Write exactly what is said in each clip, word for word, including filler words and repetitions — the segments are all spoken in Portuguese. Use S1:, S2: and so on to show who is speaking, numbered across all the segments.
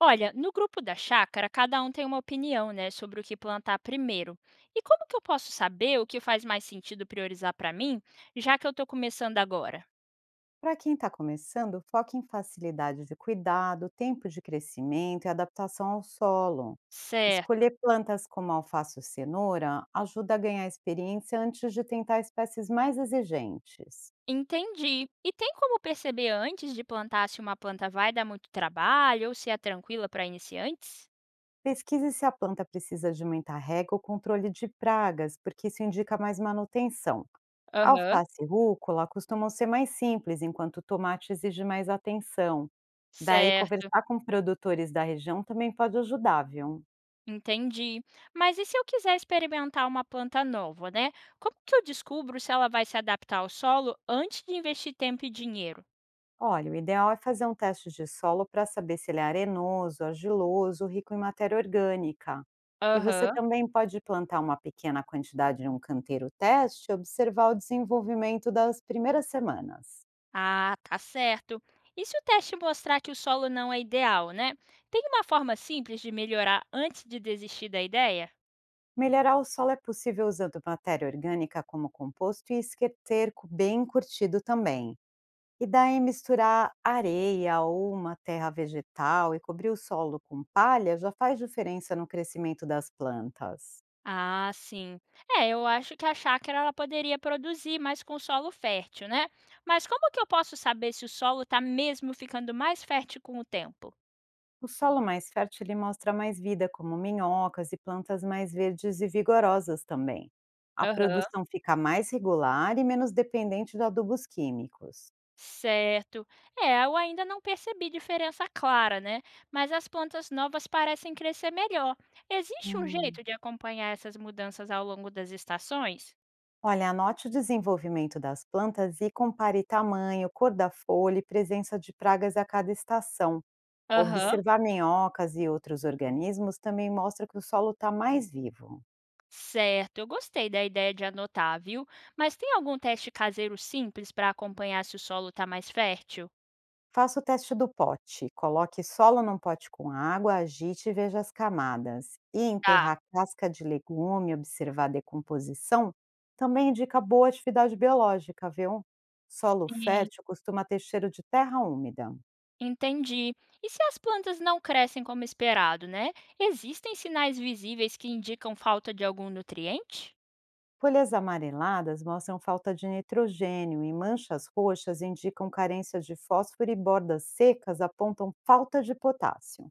S1: Olha, no grupo da chácara, cada um tem uma opinião, né, sobre o que plantar primeiro. E como que eu posso saber o que faz mais sentido priorizar para mim, já que eu estou começando agora?
S2: Para quem está começando, foque em facilidade de cuidado, tempo de crescimento e adaptação ao solo.
S1: Certo,
S2: Escolher plantas como alface ou cenoura ajuda a ganhar experiência antes de tentar espécies mais exigentes.
S1: entendi. E tem como perceber antes de plantar se uma planta vai dar muito trabalho ou se é tranquila para iniciantes?
S2: Pesquise se a planta precisa de muita rega ou controle de pragas, porque isso indica mais manutenção.
S1: Aham,
S2: Alface e rúcula costumam ser mais simples, enquanto o tomate exige mais atenção. Daí,
S1: certo.
S2: conversar com produtores da região também pode ajudar, viu?
S1: Entendi. Mas e se eu quiser experimentar uma planta nova, né? Como que eu descubro se ela vai se adaptar ao solo antes de investir tempo e dinheiro?
S2: Olha, o ideal é fazer um teste de solo para saber se ele é arenoso, argiloso, rico em matéria orgânica. E você
S1: Aham.
S2: também pode plantar uma pequena quantidade em um canteiro teste e observar o desenvolvimento das primeiras semanas.
S1: Ah, tá certo. E se o teste mostrar que o solo não é ideal, né? Tem uma forma simples de melhorar antes de desistir da ideia?
S2: Melhorar o solo é possível usando matéria orgânica como composto e esterco bem curtido também. E daí misturar areia ou uma terra vegetal e cobrir o solo com palha já faz diferença no crescimento das plantas.
S1: Ah, sim. É, eu acho que a chácara ela poderia produzir mais com solo fértil, né? Mas como que eu posso saber se o solo está mesmo ficando mais fértil com o tempo?
S2: O solo mais fértil ele mostra mais vida, como minhocas e plantas mais verdes e vigorosas também. A
S1: Aham.
S2: produção fica mais regular e menos dependente de adubos químicos.
S1: Certo. É, eu ainda não percebi diferença clara, né? Mas as plantas novas parecem crescer melhor. Existe um
S2: Hum,
S1: jeito de acompanhar essas mudanças ao longo das estações?
S2: Olha, anote o desenvolvimento das plantas e compare tamanho, cor da folha e presença de pragas a cada estação.
S1: Aham,
S2: Observar minhocas e outros organismos também mostra que o solo está mais vivo.
S1: certo. Eu gostei da ideia de anotar, viu? Mas tem algum teste caseiro simples para acompanhar se o solo está mais fértil?
S2: Faça o teste do pote. Coloque solo num pote com água, agite e veja as camadas. E
S1: Tá.
S2: enterrar casca de legume, observar a decomposição, também indica boa atividade biológica, viu? Solo
S1: Sim,
S2: fértil costuma ter cheiro de terra úmida.
S1: entendi. E se as plantas não crescem como esperado, né? Existem sinais visíveis que indicam falta de algum nutriente?
S2: Folhas amareladas mostram falta de nitrogênio e manchas roxas indicam carência de fósforo e bordas secas apontam falta de potássio.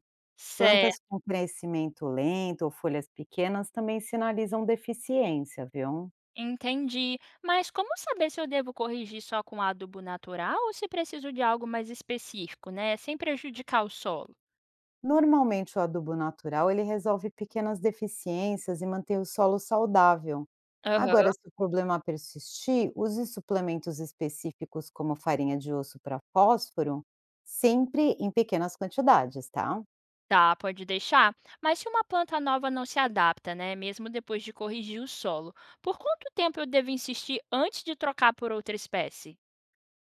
S2: Plantas
S1: Certo,
S2: com crescimento lento ou folhas pequenas também sinalizam deficiência, viu?
S1: entendi. Mas como saber se eu devo corrigir só com adubo natural ou se preciso de algo mais específico, né? Sem prejudicar o solo?
S2: Normalmente o adubo natural ele resolve pequenas deficiências e mantém o solo saudável. Agora,
S1: Aham.
S2: se o problema persistir, use suplementos específicos como farinha de osso para fósforo, sempre em pequenas quantidades, tá?
S1: Tá, pode deixar. Mas se uma planta nova não se adapta, né? Mesmo depois de corrigir o solo, por quanto tempo eu devo insistir antes de trocar por outra espécie?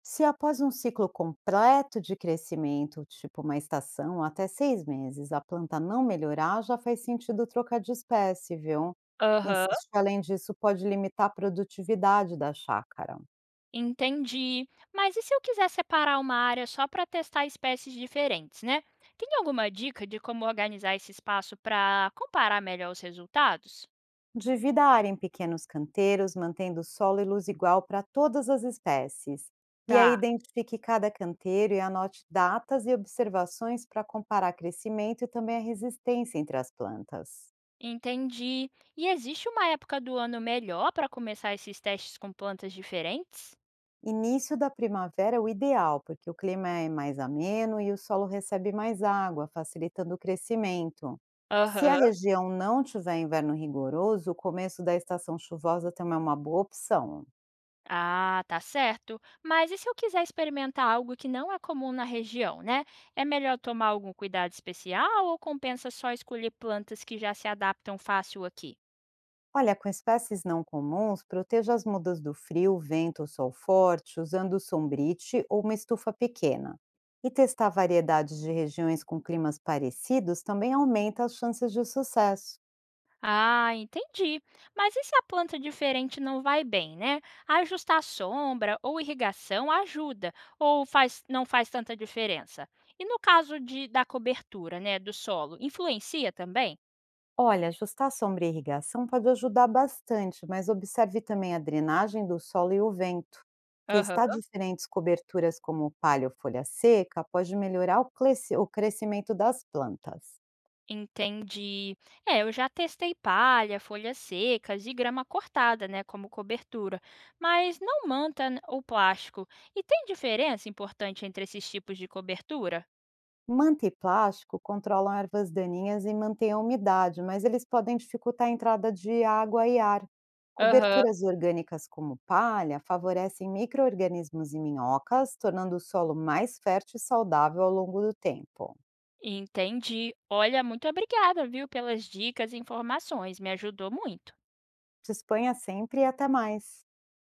S2: Se após um ciclo completo de crescimento, tipo uma estação ou até seis meses, a planta não melhorar, já faz sentido trocar de espécie, viu?
S1: Aham,
S2: Insistir além disso pode limitar a produtividade da chácara.
S1: entendi. Mas e se eu quiser separar uma área só para testar espécies diferentes, né? Tem alguma dica de como organizar esse espaço para comparar melhor os resultados?
S2: Divida a área em pequenos canteiros, mantendo solo e luz igual para todas as espécies. E
S1: Tá,
S2: aí identifique cada canteiro e anote datas e observações para comparar crescimento e também a resistência entre as plantas.
S1: entendi. E existe uma época do ano melhor para começar esses testes com plantas diferentes?
S2: Início da primavera é o ideal, porque o clima é mais ameno e o solo recebe mais água, facilitando o crescimento. Se a
S1: Aham.
S2: região não tiver inverno rigoroso, o começo da estação chuvosa também é uma boa opção.
S1: Ah, tá certo. Mas e se eu quiser experimentar algo que não é comum na região, né? É melhor tomar algum cuidado especial ou compensa só escolher plantas que já se adaptam fácil aqui?
S2: Olha, com espécies não comuns, proteja as mudas do frio, vento ou sol forte, usando sombrite ou uma estufa pequena. E testar variedades de regiões com climas parecidos também aumenta as chances de sucesso.
S1: Ah, entendi. Mas e se a planta diferente não vai bem, né? Ajustar a sombra ou irrigação ajuda, ou faz, não faz tanta diferença? E no caso de, da cobertura, né, do solo, influencia também?
S2: Olha, ajustar a sombra e irrigação pode ajudar bastante, mas observe também a drenagem do solo e o vento.
S1: Aham.
S2: Testar diferentes coberturas como palha ou folha seca pode melhorar o clece- o crescimento das plantas.
S1: Entendi. É, eu já testei palha, folhas secas e grama cortada, né, como cobertura, mas não manta n- ou plástico. E tem diferença importante entre esses tipos de cobertura?
S2: Manta e plástico controlam ervas daninhas e mantêm a umidade, mas eles podem dificultar a entrada de água e ar.
S1: Aham,
S2: Coberturas orgânicas como palha favorecem micro-organismos e minhocas, tornando o solo mais fértil e saudável ao longo do tempo.
S1: entendi. Olha, muito obrigada, viu, pelas dicas e informações. Me ajudou muito.
S2: Disponha sempre e até mais.